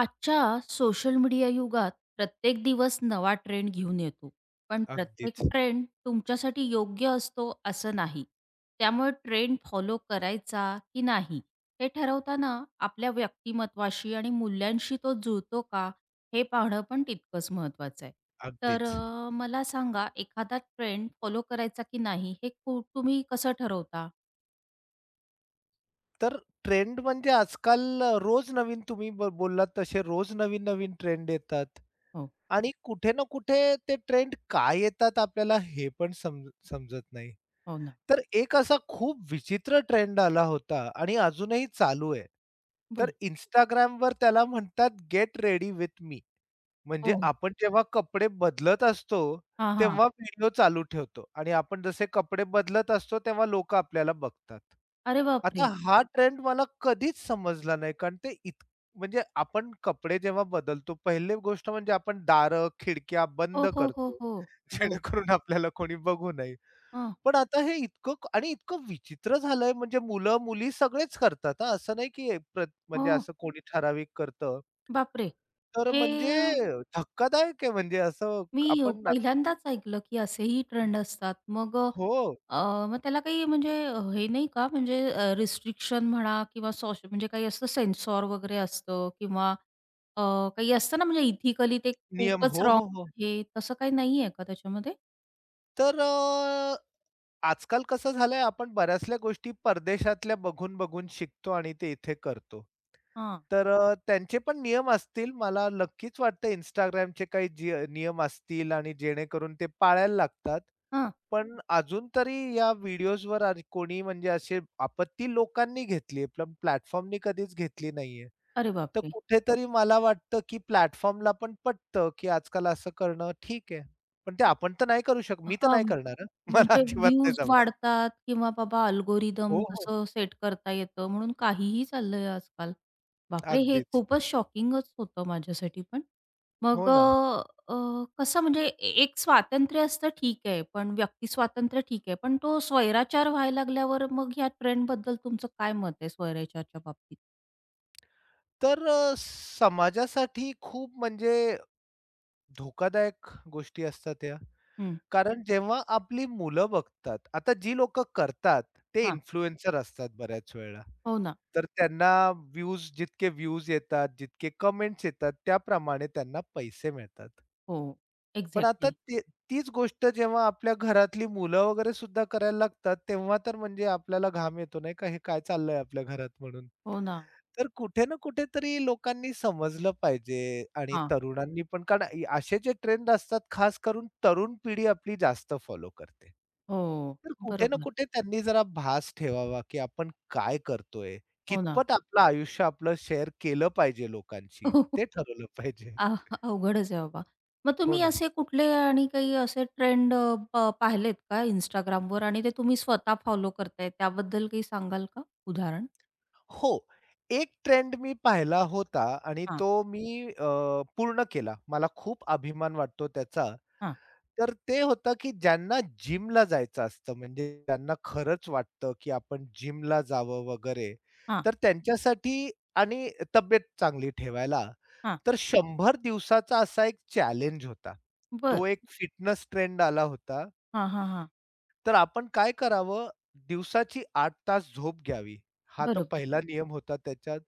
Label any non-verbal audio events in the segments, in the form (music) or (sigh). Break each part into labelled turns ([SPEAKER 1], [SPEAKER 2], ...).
[SPEAKER 1] आजच्या social media युगात प्रत्येक दिवस नवा ट्रेंड घेऊन येतो. पण प्रत्येक
[SPEAKER 2] अगदीच,
[SPEAKER 1] ट्रेंड तुमच्यासाठी योग्य असतो असं नाही. त्यामुळे ट्रेंड फॉलो करायचा की नाही हे ठरवताना आपल्या व्यक्तिमत्वाशी आणि मूल्यांशी तो जुळतो का हे पाहणं पण तितकंच महत्वाचं आहे. तर
[SPEAKER 2] अगदीच.
[SPEAKER 1] मला सांगा एखादा ट्रेंड फॉलो करायचा की नाही हे तुम्ही कसं ठरवता?
[SPEAKER 2] तर ट्रेंड म्हणजे आजकाल रोज नवीन तुम्ही बोललात तसे रोज नवीन-नवीन ट्रेंड येतात
[SPEAKER 1] हो,
[SPEAKER 2] आणि कुठे ना कुठे ते ट्रेंड काय येतात आपल्याला हे पण समजत नाही.
[SPEAKER 1] हो ना.
[SPEAKER 2] तर एक असा खूप विचित्र ट्रेंड आला होता आणि अजूनही चालू आहे. तर
[SPEAKER 1] बरं.
[SPEAKER 2] Instagramवर त्याला म्हणतात "गेट रेडी विथ मी." म्हणजे
[SPEAKER 1] हो.
[SPEAKER 2] आपण जेव्हा कपडे बदलत असतो,
[SPEAKER 1] हां, हां.
[SPEAKER 2] तेव्हा व्हिडिओ चालू ठेवतो आणि आपण जसे कपडे बदलत असतो, तेव्हा लोकं आपल्याला बघतात.
[SPEAKER 1] अरे
[SPEAKER 2] आता
[SPEAKER 1] बापरे!
[SPEAKER 2] हा ट्रेंड मला कधीच समजला नाही, कारण ते इत म्हणजे आपण कपडे जेव्हा बदलतो, पहिली गोष्ट म्हणजे आपण दारं, खिडक्या बंद
[SPEAKER 1] हो, हो, हो,
[SPEAKER 2] करतो,
[SPEAKER 1] हो. बरं.
[SPEAKER 2] जेणेकरून आपल्याला कोणी बघू नये. पण आता हे इतकं क- आणि इतकं विचित्र झालंय, म्हणजे मुलं-मुली सगळेच करतात हां, असं नाही की
[SPEAKER 1] हो,
[SPEAKER 2] म्हणजे असं कोणी ठराविक करतं.
[SPEAKER 1] बापरे!
[SPEAKER 2] तर
[SPEAKER 1] हे
[SPEAKER 2] म्हणजे
[SPEAKER 1] अ,
[SPEAKER 2] धक्कादायक आहे म्हणजे असं
[SPEAKER 1] मी
[SPEAKER 2] आपण आता
[SPEAKER 1] पहिल्यांदाच ऐकलं, की असेही ट्रेंड असतात. मग अ,
[SPEAKER 2] हो,
[SPEAKER 1] अ, मग त्याला काही म्हणजे हे नाही का म्हणजे रिस्ट्रिक्शन म्हणा किंवा म्हणजे काही असतं सेन्सॉर वगैरे असतं किंवा अ, काही असतं ना म्हणजे इथिकली ते
[SPEAKER 2] नियम.
[SPEAKER 1] खूपच
[SPEAKER 2] हो,
[SPEAKER 1] रॉंग
[SPEAKER 2] हो, हो.
[SPEAKER 1] आहे, तसं काही नाहीये का त्याच्यामध्ये?
[SPEAKER 2] तर आजकाल कसं झालंय आपण बऱ्याचशा गोष्टी परदेशातल्या बघून-बघून शिकतो आणि ते इथे करतो.
[SPEAKER 1] हां.
[SPEAKER 2] तर त्यांचे पण नियम असतील. मला नक्कीच वाटतं Instagramचे काही जे नियम असतील आणि जेणेकरून ते पाळायला लागतात.
[SPEAKER 1] हां.
[SPEAKER 2] पण अजून तरी या व्हिडिओजवर कोणी म्हणजे अशी आपत्ती लोकांनी घेतली प्लॅटफॉर्मनी कधीच घेतली नाहीये.
[SPEAKER 1] अरे
[SPEAKER 2] तर
[SPEAKER 1] बापरे!
[SPEAKER 2] कुठेतरी मला वाटतं, की प्लॅटफॉर्मला पण पटतं, की आजकाल असं करणं ठीक आहे. पण ते
[SPEAKER 1] अ,
[SPEAKER 2] आपण तर नाही करू शकत. मी तर
[SPEAKER 1] हां.
[SPEAKER 2] नाही करणार हं. (laughs) मला
[SPEAKER 1] म्हणजे
[SPEAKER 2] अजिबात नाही नक्कीच.
[SPEAKER 1] व्ह्यूज
[SPEAKER 2] जमणार.
[SPEAKER 1] वाढतात किंवा बाबा
[SPEAKER 2] हो,
[SPEAKER 1] अल्गोरिदम
[SPEAKER 2] हो.
[SPEAKER 1] तसं सेट करता येतं म्हणून काहीही चाललंय आजकाल. बापरे! हे
[SPEAKER 2] अगदीच.
[SPEAKER 1] खूपच शॉकिंगच होतं माझ्यासाठी पण. मग
[SPEAKER 2] हो ना.
[SPEAKER 1] अ, अ, कसं म्हणजे एक स्वातंत्र्य असतं ठीक आहे, पण व्यक्ती स्वातंत्र्य ठीक आहे. पण तो स्वैराचार व्हायला लागल्यावर मग ह्या ट्रेंडबद्दल तुमचं काय मत आहे स्वैराचारच्या बाबतीत?
[SPEAKER 2] तर समाजासाठी खूप म्हणजे धोकादायक गोष्टी असतात या.
[SPEAKER 1] हं.
[SPEAKER 2] कारण जेव्हा आपली मुलं बघतात, आता जी लोकं करतात ते
[SPEAKER 1] हां.
[SPEAKER 2] इन्फ्लुएन्सर असतात बऱ्याच वेळेला.
[SPEAKER 1] हो ना.
[SPEAKER 2] तर त्यांना जितके व्ह्यूज येतात, जितके कमेंट्स येतात त्याप्रमाणे त्यांना पैसे मिळतात.
[SPEAKER 1] हो.
[SPEAKER 2] पण आता
[SPEAKER 1] एक्झॅक्टली.
[SPEAKER 2] ते तीच गोष्ट जेव्हा आपल्या घरातली मुलं वगैरे सुद्धा करायला लागतात, तेव्हा तर म्हणजे आपल्याला घाम येतो नाही का, हे काय चाललंय आपल्या घरात म्हणून.
[SPEAKER 1] हो ना.
[SPEAKER 2] तर कुठे ना कुठेतरी लोकांनी समजलं पाहिजे आणि
[SPEAKER 1] हां.
[SPEAKER 2] तरुणांनी पण कारण असे जे ट्रेंड असतात खास करून तरुण पिढी आपली जास्त फॉलो करते.
[SPEAKER 1] हो.
[SPEAKER 2] तर कुठे ना
[SPEAKER 1] बरोबर.
[SPEAKER 2] कुठे त्यांनी जरा भास ठेवावा, की आपण काय करतोय?
[SPEAKER 1] हो ना.
[SPEAKER 2] कितपत आपलं आयुष्य आपलं शेअर केलं पाहिजे लोकांशी, ते
[SPEAKER 1] (laughs)
[SPEAKER 2] ठरवलं पाहिजे.
[SPEAKER 1] आह, अवघडच आहे बाबा. मग
[SPEAKER 2] हो
[SPEAKER 1] तुम्ही
[SPEAKER 2] ना.
[SPEAKER 1] असे कुठले आणि काही असे ट्रेंड अ, प पाहिलेत का Instagramवर आणि ते तुम्ही स्वतः फॉलो करताय त्याबद्दल काही सांगाल का उदाहरण?
[SPEAKER 2] हो. एक ट्रेंड मी पाहिला होता आणि
[SPEAKER 1] हां,
[SPEAKER 2] तो मी पूर्ण केला. मला खूप अभिमान वाटतो त्याचा.
[SPEAKER 1] हां,
[SPEAKER 2] तर ते होतं, की ज्यांना जिमला जायचं असतं, म्हणजे त्यांना खरंच वाटतं, की आपण जिमला जावं वगैरे.
[SPEAKER 1] हां,
[SPEAKER 2] तर त्यांच्यासाठी आणि तब्येत चांगली ठेवायला,
[SPEAKER 1] हां.
[SPEAKER 2] तर 100 दिवसाचा असा एक चॅलेंज होता. तो
[SPEAKER 1] बरं.
[SPEAKER 2] एक फिटनेस ट्रेंड आला होता.
[SPEAKER 1] हां, हां, हां.
[SPEAKER 2] तर आपण काय करावं, दिवसाची 8 तास झोप घ्यावी. हा तर
[SPEAKER 1] बरोबर.
[SPEAKER 2] पहिला नियम होता त्याच्यात.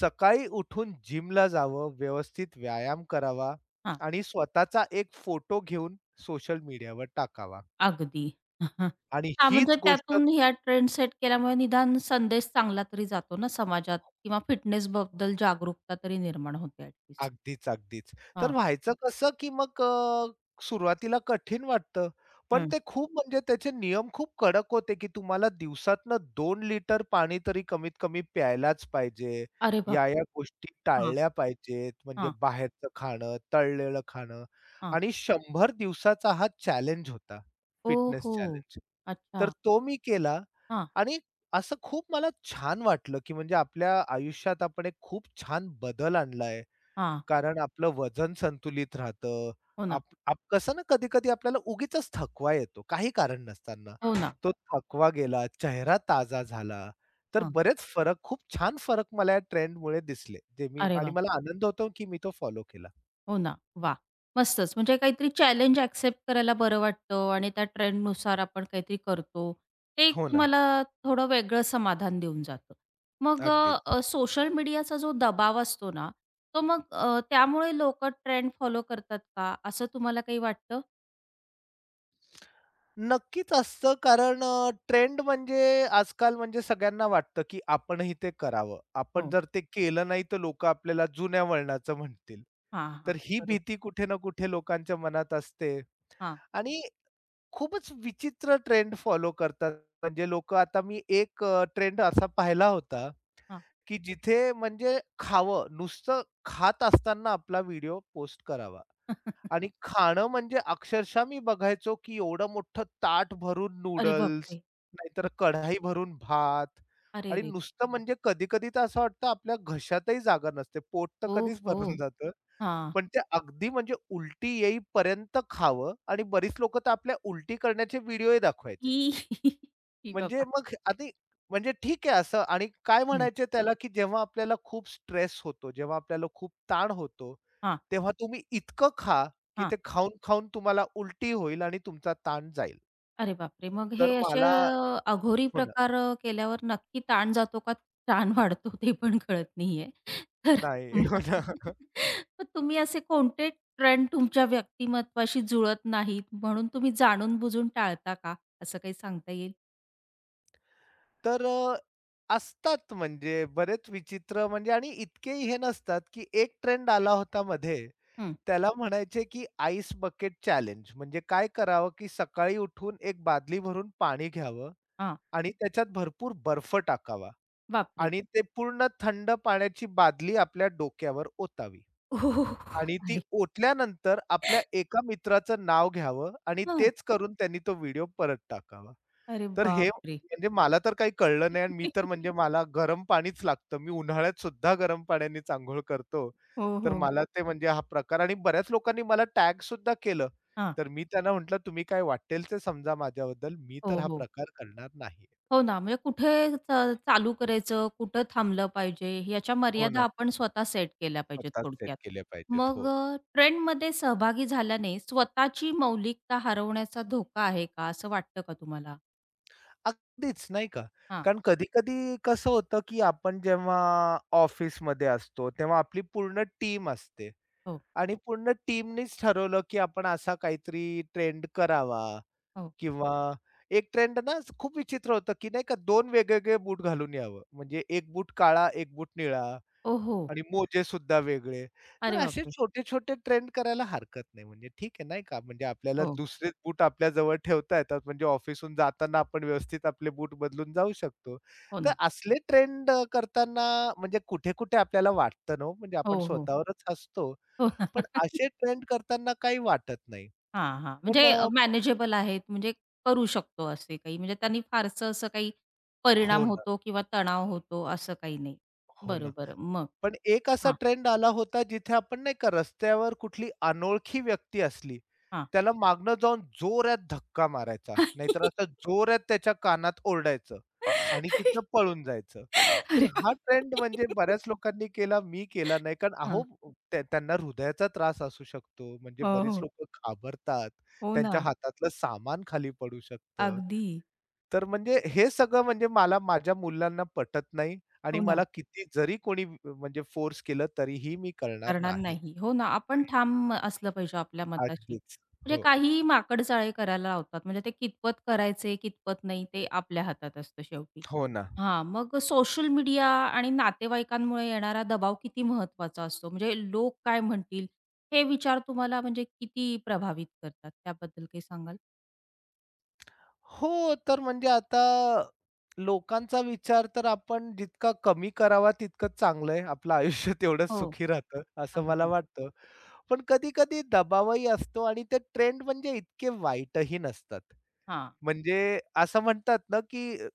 [SPEAKER 2] सकाळी उठून जिमला जावं, व्यवस्थित व्यायाम करावा
[SPEAKER 1] हां,
[SPEAKER 2] आणि स्वतःचा एक फोटो घेऊन सोशल मीडियावर टाकावा
[SPEAKER 1] अगदी. (laughs)
[SPEAKER 2] आणि
[SPEAKER 1] हां,
[SPEAKER 2] हीच
[SPEAKER 1] म्हणजे
[SPEAKER 2] गोष्ट
[SPEAKER 1] त्यातून ह्या ट्रेंड सेट केल्यामुळे निदान संदेश चांगला तरी जातो ना समाजात किंवा फिटनेसबद्दल जागरूकता तरी निर्माण होते ॲट
[SPEAKER 2] अगदीच, अगदीच. तर
[SPEAKER 1] हां,
[SPEAKER 2] व्हायचं कसं, की मग सुरुवातीला कठीण वाटतं. पण
[SPEAKER 1] हं.
[SPEAKER 2] ते खूप म्हणजे त्याचे नियम खूप कडक होते, की तुम्हाला दिवसातनं 2 लिटर पाणी तरी कमीत कमी प्यायलाच पाहिजे.
[SPEAKER 1] अरे बापरे!
[SPEAKER 2] या-या गोष्टी
[SPEAKER 1] हां,
[SPEAKER 2] टाळल्या पाहिजेत. म्हणजे
[SPEAKER 1] हां,
[SPEAKER 2] बाहेरचं खाणं, तळलेलं खाणं
[SPEAKER 1] हां.
[SPEAKER 2] आणि 100 दिवसाचा हा चॅलेंज होता, फिटनेस
[SPEAKER 1] ओहो!
[SPEAKER 2] चॅलेंज. तर
[SPEAKER 1] अच्छा.
[SPEAKER 2] तो मी केला
[SPEAKER 1] हां,
[SPEAKER 2] आणि असं खूप मला छान वाटलं, की म्हणजे आपल्या आयुष्यात आपण एक खूप छान बदल आणलाय.
[SPEAKER 1] हां.
[SPEAKER 2] कारण आपलं वजन संतुलित राहतं.
[SPEAKER 1] हो ना,
[SPEAKER 2] आप आप कसं ना कधी-कधी आपल्याला उगीचच थकवा येतो, काही कारण नसताना.
[SPEAKER 1] हो ना.
[SPEAKER 2] तो थकवा गेला, चेहरा ताजा झाला, तर
[SPEAKER 1] हां.
[SPEAKER 2] बरेच फरक, खूप छान फरक मला या ट्रेंडमुळे दिसले. जे मी
[SPEAKER 1] अरे
[SPEAKER 2] आणि
[SPEAKER 1] वा
[SPEAKER 2] मला आनंद होतो, की मी तो फॉलो केला.
[SPEAKER 1] हो ना, वाह! मस्तच. म्हणजे काहीतरी चॅलेंज एक्सेप्ट करायला बरं वाटतं आणि त्या ट्रेंडनुसार आपण काहीतरी करतो. ते एक
[SPEAKER 2] हो ना,
[SPEAKER 1] तुम्हाला थोडं वेगळं समाधान देऊन जातं. मग
[SPEAKER 2] अगदीच.
[SPEAKER 1] सोशल मीडियाचा जो दबाव असतो ना, तो मग त्यामुळे लोकं ट्रेंड फॉलो करतात का? असं तुम्हाला काही वाटतं?
[SPEAKER 2] नक्कीच असतं कारण ट्रेंड म्हणजे आजकाल म्हणजे सगळ्यांना वाटतं, की आपणही ते करावं. आपण
[SPEAKER 1] हो.
[SPEAKER 2] जर ते केलं नाही तर लोकं आपल्याला जुन्या वळणाचं म्हणतील.
[SPEAKER 1] हां,
[SPEAKER 2] तर
[SPEAKER 1] हां.
[SPEAKER 2] ही भीती
[SPEAKER 1] बरोबर.
[SPEAKER 2] कुठे ना कुठे लोकांच्या मनात असते
[SPEAKER 1] हां,
[SPEAKER 2] आणि खूपच विचित्र ट्रेंड फॉलो करतात. म्हणजे लोकं आता मी एक ट्रेंड असा पाहिला होता,
[SPEAKER 1] हां.
[SPEAKER 2] की जिथे म्हणजे खावं, नुसतं खात असताना आपला व्हिडिओ पोस्ट करावा.
[SPEAKER 1] (laughs)
[SPEAKER 2] आणि खाणं म्हणजे अक्षरशः मी बघायचो, की एवढं मोठं ताट भरून
[SPEAKER 1] अरे
[SPEAKER 2] नूडल्स,
[SPEAKER 1] बापरे!
[SPEAKER 2] नाहीतर
[SPEAKER 1] हं.
[SPEAKER 2] कढाई भरून भात
[SPEAKER 1] अरे
[SPEAKER 2] आणि
[SPEAKER 1] रे रे!
[SPEAKER 2] नुसतं म्हणजे कधी-कधी तर असं वाटतं आपल्या घशातही जागा नसते. पोट तर
[SPEAKER 1] हो,
[SPEAKER 2] कधीच भरून
[SPEAKER 1] हो.
[SPEAKER 2] (laughs) जातं.
[SPEAKER 1] हां.
[SPEAKER 2] पण ते अगदी म्हणजे उलटी येईपर्यंत खावं आणि बरीच लोकं तर आपल्या उलटी करण्याचे व्हिडिओही दाखवायचे.
[SPEAKER 1] ई, (laughs) ई
[SPEAKER 2] म्हणजे
[SPEAKER 1] बाबा!
[SPEAKER 2] मग आधी म्हणजे ठीक आहे असं आणि काय
[SPEAKER 1] हो.
[SPEAKER 2] म्हणायचे त्याला, की जेव्हा आपल्याला खूप स्ट्रेस होतो, जेव्हा आपल्याला खूप ताण होतो, तेव्हा तुम्ही इतकं खा, की
[SPEAKER 1] हां.
[SPEAKER 2] ते खाऊन-खाऊन तुम्हाला उलटी होईल आणि तुमचा ताण जाईल.
[SPEAKER 1] अरे बापरे! मग
[SPEAKER 2] तर
[SPEAKER 1] हे असे
[SPEAKER 2] मला
[SPEAKER 1] अघोरी
[SPEAKER 2] हो ना.
[SPEAKER 1] प्रकार केल्यावर नक्की ताण जातो का ताण वाढतो ते पण कळत नाहीये. तर
[SPEAKER 2] नाही.
[SPEAKER 1] मग
[SPEAKER 2] हो ना.
[SPEAKER 1] मग तुम्ही असे कोणते ट्रेंड तुमच्या व्यक्तिमत्वाशी जुळत नाहीत म्हणून तुम्ही जाणून-बुजून टाळता का? असं काही सांगता येईल?
[SPEAKER 2] तर असतात म्हणजे बरेच विचित्र म्हणजे आणि इतकेही हे नसतात, की एक ट्रेंड आला होता मध्ये.
[SPEAKER 1] हं.
[SPEAKER 2] त्याला म्हणायचे, की आईस बकेट चॅलेंज म्हणजे काय करावं, की सकाळी उठून एक बादली भरून पाणी घ्यावं
[SPEAKER 1] हां.
[SPEAKER 2] आणि त्याच्यात भरपूर बर्फ टाकावा
[SPEAKER 1] बापरे!
[SPEAKER 2] आणि ते पूर्ण थंड पाण्याची बादली आपल्या डोक्यावर ओतावी
[SPEAKER 1] हो, हो, हो.
[SPEAKER 2] आणि ती
[SPEAKER 1] अरे
[SPEAKER 2] ओतल्यानंतर आपल्या एका मित्राचं नाव घ्यावं आणि
[SPEAKER 1] हां.
[SPEAKER 2] तेच करून त्यांनी तो व्हिडिओ परत टाकावा.
[SPEAKER 1] अरे
[SPEAKER 2] तर हे
[SPEAKER 1] बापरे!
[SPEAKER 2] म्हणजे मला तर काही कळलं नाही आणि मी तर म्हणजे
[SPEAKER 1] (laughs)
[SPEAKER 2] मला गरम पाणीच लागतं. मी उन्हाळ्यात सुद्धा गरम पाण्यानेच अंघोळ करतो.
[SPEAKER 1] हो,
[SPEAKER 2] तर
[SPEAKER 1] हो.
[SPEAKER 2] मला ते म्हणजे हा प्रकार आणि बऱ्याच लोकांनी मला टॅग सुद्धा केलं.
[SPEAKER 1] हां.
[SPEAKER 2] तर मी त्यांना म्हटलं, "तुम्ही काय वाटेल ते समजा माझ्याबद्दल. मी तर
[SPEAKER 1] हो,
[SPEAKER 2] हा
[SPEAKER 1] हो.
[SPEAKER 2] प्रकार करणार नाही."
[SPEAKER 1] हो ना, म्हणजे कुठे च चालू करायचं, कुठं थांबलं पाहिजे, याच्या
[SPEAKER 2] हो ना.
[SPEAKER 1] मर्यादा आपण स्वतः सेट केल्या पाहिजेत
[SPEAKER 2] स्वतःच सेट
[SPEAKER 1] थोडक्यात.
[SPEAKER 2] केले पाहिजेत.
[SPEAKER 1] मग
[SPEAKER 2] हो.
[SPEAKER 1] ट्रेंडमध्ये सहभागी झाल्याने स्वतःची मौलिकता हरवण्याचा धोका आहे का, असं वाटतं का तुम्हाला?
[SPEAKER 2] अगदीच नाही का?
[SPEAKER 1] हां,
[SPEAKER 2] कारण कधी-कधी कसं होतं, की आपण जेव्हा ऑफिसमध्ये असतो, तेव्हा आपली पूर्ण टीम असते
[SPEAKER 1] हो,
[SPEAKER 2] आणि पूर्ण टीमनीच ठरवलं, की आपण असा काहीतरी ट्रेंड करावा
[SPEAKER 1] हो.
[SPEAKER 2] किंवा एक ट्रेंड ना खूप विचित्र होतं, की नाही का 2 वेगवेगळे बूट घालून यावं. म्हणजे एक बूट काळा, एक बूट निळा.
[SPEAKER 1] ओहो!
[SPEAKER 2] आणि मोजे सुद्धा वेगळे. तर
[SPEAKER 1] अरे
[SPEAKER 2] असे
[SPEAKER 1] बापरे!
[SPEAKER 2] छोटे-छोटे ट्रेंड करायला हरकत नाही. म्हणजे ठीक आहे नाही का, म्हणजे आपल्याला
[SPEAKER 1] हो,
[SPEAKER 2] दुसरेच बूट आपल्या जवळ ठेवता येतात. म्हणजे ऑफिसहून जाताना आपण व्यवस्थित आपले बूट बदलून जाऊ शकतो.
[SPEAKER 1] हो
[SPEAKER 2] तर
[SPEAKER 1] ना.
[SPEAKER 2] असले ट्रेंड करताना म्हणजे कुठे-कुठे आपल्याला वाटतं ना हो, म्हणजे
[SPEAKER 1] हो,
[SPEAKER 2] आपण
[SPEAKER 1] हो.
[SPEAKER 2] स्वतःवरच हसतो.
[SPEAKER 1] हो ना.
[SPEAKER 2] पण
[SPEAKER 1] (laughs)
[SPEAKER 2] असे ट्रेंड करताना काही वाटत नाही.
[SPEAKER 1] हां, हां.
[SPEAKER 2] पण
[SPEAKER 1] म्हणजे
[SPEAKER 2] अ
[SPEAKER 1] मॅनेजेबल आहेत, म्हणजे करू शकतो असे काही, म्हणजे त्यांनी फारसं असं काही
[SPEAKER 2] हो
[SPEAKER 1] परिणाम
[SPEAKER 2] ना,
[SPEAKER 1] होतो किंवा तणाव होतो, असं काही नाही.
[SPEAKER 2] हो ना.
[SPEAKER 1] बरोबर. मग?
[SPEAKER 2] पण एक असा ट्रेंड आला होता जिथे आपण नाही का रस्त्यावर कुठली अनोळखी व्यक्ती असली,
[SPEAKER 1] हां.
[SPEAKER 2] त्याला मागनं जाऊन जोरात धक्का मारायचा. नाहीतर असं
[SPEAKER 1] (laughs)
[SPEAKER 2] जोरात त्याच्या कानात ओरडायचं आणि तिथनं पळून जायचं. तर
[SPEAKER 1] अरे
[SPEAKER 2] हा ट्रेंड म्हणजे
[SPEAKER 1] बापरे!
[SPEAKER 2] बऱ्याच लोकांनी केला, मी केला नाही. कारण अहो
[SPEAKER 1] हां.
[SPEAKER 2] त्या त्यांना हृदयाचा त्रास असू शकतो. म्हणजे
[SPEAKER 1] हो,
[SPEAKER 2] बरीच
[SPEAKER 1] हो.
[SPEAKER 2] लोकं घाबरतात.
[SPEAKER 1] हो ना.
[SPEAKER 2] त्यांच्या हातातलं सामान खाली पडू शकतं.
[SPEAKER 1] अगदी.
[SPEAKER 2] तर म्हणजे हे सगळं म्हणजे मला माझ्या मुलांना पटत नाही आणि
[SPEAKER 1] हो ना.
[SPEAKER 2] मला किती जरी कोणी म्हणजे फोर्स केलं तरीही मी करणार
[SPEAKER 1] करणार
[SPEAKER 2] नाही.
[SPEAKER 1] नाही. हो ना. आपण ठाम असलं पाहिजे आपल्या मताशी.
[SPEAKER 2] अगदीच.
[SPEAKER 1] म्हणजे
[SPEAKER 2] हो.
[SPEAKER 1] काही माकडचाळे करायला लावतात. म्हणजे ते कितपत करायचे, कितपत नाही ते आपल्या हातात असतं शेवटी.
[SPEAKER 2] हो ना.
[SPEAKER 1] हां, मग सोशल मीडिया आणि नातेवाईकांमुळे येणारा दबाव किती महत्वाचा असतो? म्हणजे लोक काय म्हणतील? हे विचार तुम्हाला म्हणजे किती प्रभावित करतात? त्याबद्दल काही सांगाल?
[SPEAKER 2] हो, तर म्हणजे आता लोकांचा विचार तर आपण जितका कमी करावा तितकं चांगलं आहे. आपलं आयुष्य (laughs) तेवढंच
[SPEAKER 1] हो.
[SPEAKER 2] सुखी राहतं, असं मला
[SPEAKER 1] अगदी.
[SPEAKER 2] वाटतं. पण कधी-कधी दबावही असतो आणि ते ट्रेंड म्हणजे इतके वाईटही नसतात.
[SPEAKER 1] हां.
[SPEAKER 2] म्हणजे असं म्हणतात ना, की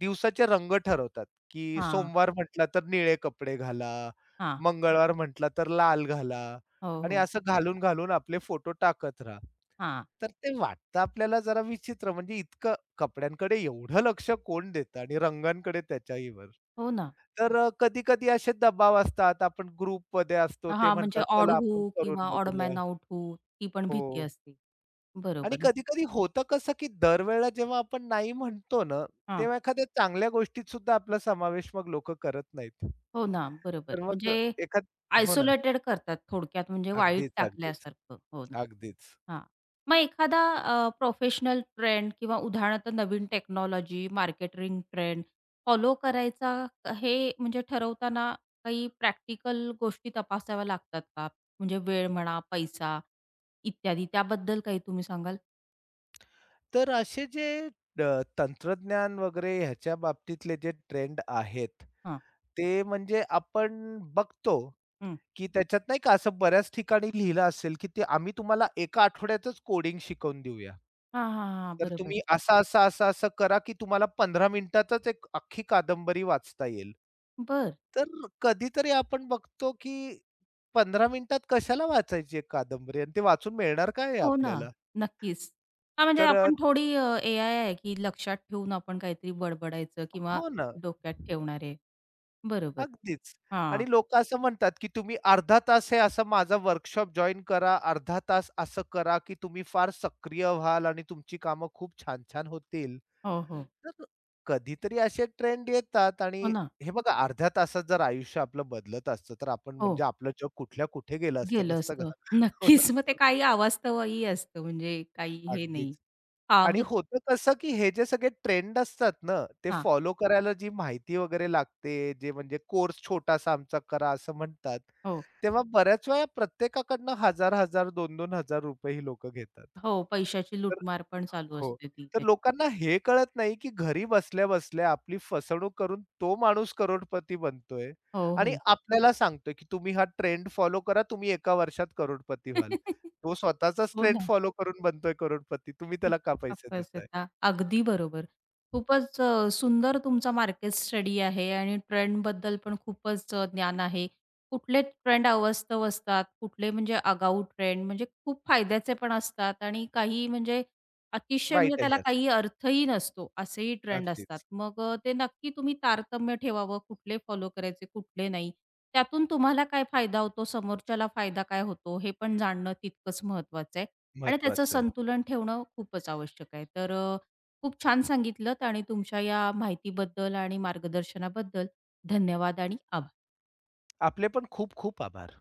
[SPEAKER 2] दिवसाचे रंग ठरवतात, की
[SPEAKER 1] हां,
[SPEAKER 2] सोमवार म्हटला तर निळे कपडे घाला,
[SPEAKER 1] हां.
[SPEAKER 2] मंगळवार म्हटला तर लाल घाला
[SPEAKER 1] हो,
[SPEAKER 2] आणि
[SPEAKER 1] हो.
[SPEAKER 2] असं घालून-घालून आपले फोटो टाकत राहा.
[SPEAKER 1] हां.
[SPEAKER 2] तर ते वाटतं आपल्याला जरा विचित्र म्हणजे इतकं कपड्यांकडे एवढं लक्ष कोण देतं आणि रंगांकडे त्याच्याहीवर.
[SPEAKER 1] हो ना.
[SPEAKER 2] तर कधी-कधी असे दबाव असतात. आपण ग्रुपमध्ये असतो. ते
[SPEAKER 1] हां, म्हणजे
[SPEAKER 2] म्हणतात,
[SPEAKER 1] ऑड
[SPEAKER 2] "चला आपण
[SPEAKER 1] हू
[SPEAKER 2] करून
[SPEAKER 1] किंवा ऑड
[SPEAKER 2] बघूया."
[SPEAKER 1] मॅन आउट हू ती पण भीती
[SPEAKER 2] हो.
[SPEAKER 1] असते.
[SPEAKER 2] आणि
[SPEAKER 1] बरोबर.
[SPEAKER 2] कधी-कधी होतं कसं, की दरवेळेला जेव्हा आपण नाही म्हणतो ना,
[SPEAKER 1] हां.
[SPEAKER 2] तेव्हा एखाद्या चांगल्या गोष्टीत सुद्धा आपला समावेश मग लोकं करत नाहीत.
[SPEAKER 1] हो ना,
[SPEAKER 2] तर
[SPEAKER 1] बरोबर.
[SPEAKER 2] मग
[SPEAKER 1] म्हणजे
[SPEAKER 2] अ, एखाद हो ना.
[SPEAKER 1] आयसोलेटेड करतात थोडक्यात म्हणजे वाळीत
[SPEAKER 2] अगदीच, अगदीच,
[SPEAKER 1] टाकल्यासारखं. हो ना.
[SPEAKER 2] अगदीच.
[SPEAKER 1] हां. मग एखादा प्रोफेशनल ट्रेंड किंवा उदाहरणार्थ नवीन टेक्नॉलॉजी, मार्केटिंग ट्रेंड फॉलो करायचा हे म्हणजे ठरवताना काही प्रॅक्टिकल गोष्टी तपासाव्या लागतात का? म्हणजे वेळ म्हणा, पैसा इत्यादी त्याबद्दल काही तुम्ही सांगाल?
[SPEAKER 2] तर असे जे तंत्रज्ञान वगैरे ह्याच्या बाबतीतले जे ट्रेंड आहेत,
[SPEAKER 1] हां.
[SPEAKER 2] ते म्हणजे आपण बघतो
[SPEAKER 1] हं.
[SPEAKER 2] की त्याच्यात नाही का असं बऱ्याच ठिकाणी लिहिलं असेल, की ते आम्ही तुम्हाला एका आठवड्यातच कोडिंग शिकवून देऊया.
[SPEAKER 1] हां, हां, हां.
[SPEAKER 2] तर
[SPEAKER 1] बरोबर.
[SPEAKER 2] तुम्ही असं, असं, असं, असं करा, की तुम्हाला 15 मिनिटातच एक अख्खी कादंबरी वाचता येईल.
[SPEAKER 1] बरं.
[SPEAKER 2] तर कधीतरी आपण बघतो, की 15 मिनिटात कशाला वाचायची एक कादंबरी आणि ते वाचून मिळणार काय आहे
[SPEAKER 1] हो ना.
[SPEAKER 2] आपल्याला?
[SPEAKER 1] नक्कीच. हां, म्हणजे
[SPEAKER 2] तर
[SPEAKER 1] आपण थोडी एआय आहे की लक्षात ठेवून आपण काहीतरी बडबडायचं किंवा
[SPEAKER 2] हो ना.
[SPEAKER 1] डोक्यात ठेवणारे. बरोबर.
[SPEAKER 2] अगदीच.
[SPEAKER 1] हां.
[SPEAKER 2] आणि लोक असं म्हणतात, की तुम्ही अर्धा तास हे असा माझा वर्कशॉप जॉइन करा, अर्धा तास असं करा, की तुम्ही फार सक्रिय व्हाल आणि तुमची कामं खूप छान-छान होतील.
[SPEAKER 1] हो, हो.
[SPEAKER 2] तर कधीतरी असे ट्रेंड येतात आणि
[SPEAKER 1] हो ना.
[SPEAKER 2] हे बघा अर्ध्या तासात जर आयुष्य आपलं बदलत असतं, तर आपण
[SPEAKER 1] हो.
[SPEAKER 2] म्हणजे आपलं जग कुठल्या कुठे गेलं असतं
[SPEAKER 1] गेलं
[SPEAKER 2] नसतं का?
[SPEAKER 1] असतं.
[SPEAKER 2] (laughs) हो ना.
[SPEAKER 1] नक्कीच. मग ते काही अवास्तवही असतं म्हणजे काही हे
[SPEAKER 2] अगदीच.
[SPEAKER 1] नाही. हां,
[SPEAKER 2] आणि
[SPEAKER 1] मग
[SPEAKER 2] होतं कसं, की हे जे सगळे ट्रेंड असतात ना, ते
[SPEAKER 1] हां.
[SPEAKER 2] फॉलो करायला जी माहिती वगैरे लागते, जे म्हणजे कोर्स छोटासा आमचा करा असं म्हणतात.
[SPEAKER 1] हो.
[SPEAKER 2] तेव्हा बऱ्याच वेळा प्रत्येकाकडनं 1000 हजार 2-2 हजार रुपये ही लोकं घेतात.
[SPEAKER 1] हो, पैशाची लूटमार पण चालू
[SPEAKER 2] हो.
[SPEAKER 1] असते ती
[SPEAKER 2] तर
[SPEAKER 1] त्याची.
[SPEAKER 2] लोकांना हे कळत नाही, की घरी बसल्या-बसल्या आपली फसवणूक करून तो माणूस करोडपती बनतोय
[SPEAKER 1] हो,
[SPEAKER 2] आणि
[SPEAKER 1] हो.
[SPEAKER 2] आपल्याला सांगतोय, की तुम्ही हा ट्रेंड फॉलो करा, तुम्ही एका वर्षात करोडपती व्हाल.
[SPEAKER 1] (laughs)
[SPEAKER 2] तो स्वतःचाच
[SPEAKER 1] हो
[SPEAKER 2] ट्रेंड
[SPEAKER 1] ना.
[SPEAKER 2] फॉलो करून बनतोय करोडपती. तुम्ही त्याला का पैसे देताय?
[SPEAKER 1] येतात. अगदी बरोबर. खूपच सुंदर तुमचा मार्केट स्टडी आहे आणि ट्रेंडबद्दल पण खूपच ज्ञान आहे. कुठले ट्रेंड अवास्तव असतात, कुठले म्हणजे आगाऊ ट्रेंड म्हणजे खूप फायद्याचे पण असतात आणि काही म्हणजे अतिशय म्हणजे
[SPEAKER 2] वाईट
[SPEAKER 1] त्याला
[SPEAKER 2] आहे असं.
[SPEAKER 1] काही अर्थही नसतो, असेही ट्रेंड असतात.
[SPEAKER 2] अगदीच.
[SPEAKER 1] मग ते नक्की तुम्ही तारतम्य ठेवावं, कुठले फॉलो करायचे, कुठले नाही. त्यातून तुम्हाला काय फायदा होतो, समोरच्याला फायदा काय होतो, हे पण जाणणं तितकंच महत्वाचं आहे. आणि त्याचं
[SPEAKER 2] महत्वाचं आहे.
[SPEAKER 1] संतुलन ठेवणं खूपच आवश्यक आहे. तर खूप छान सांगितलत आणि तुमच्या या माहितीबद्दल आणि मार्गदर्शनाबद्दल धन्यवाद आणि आभार.
[SPEAKER 2] आपले पण खूप खूप आभार.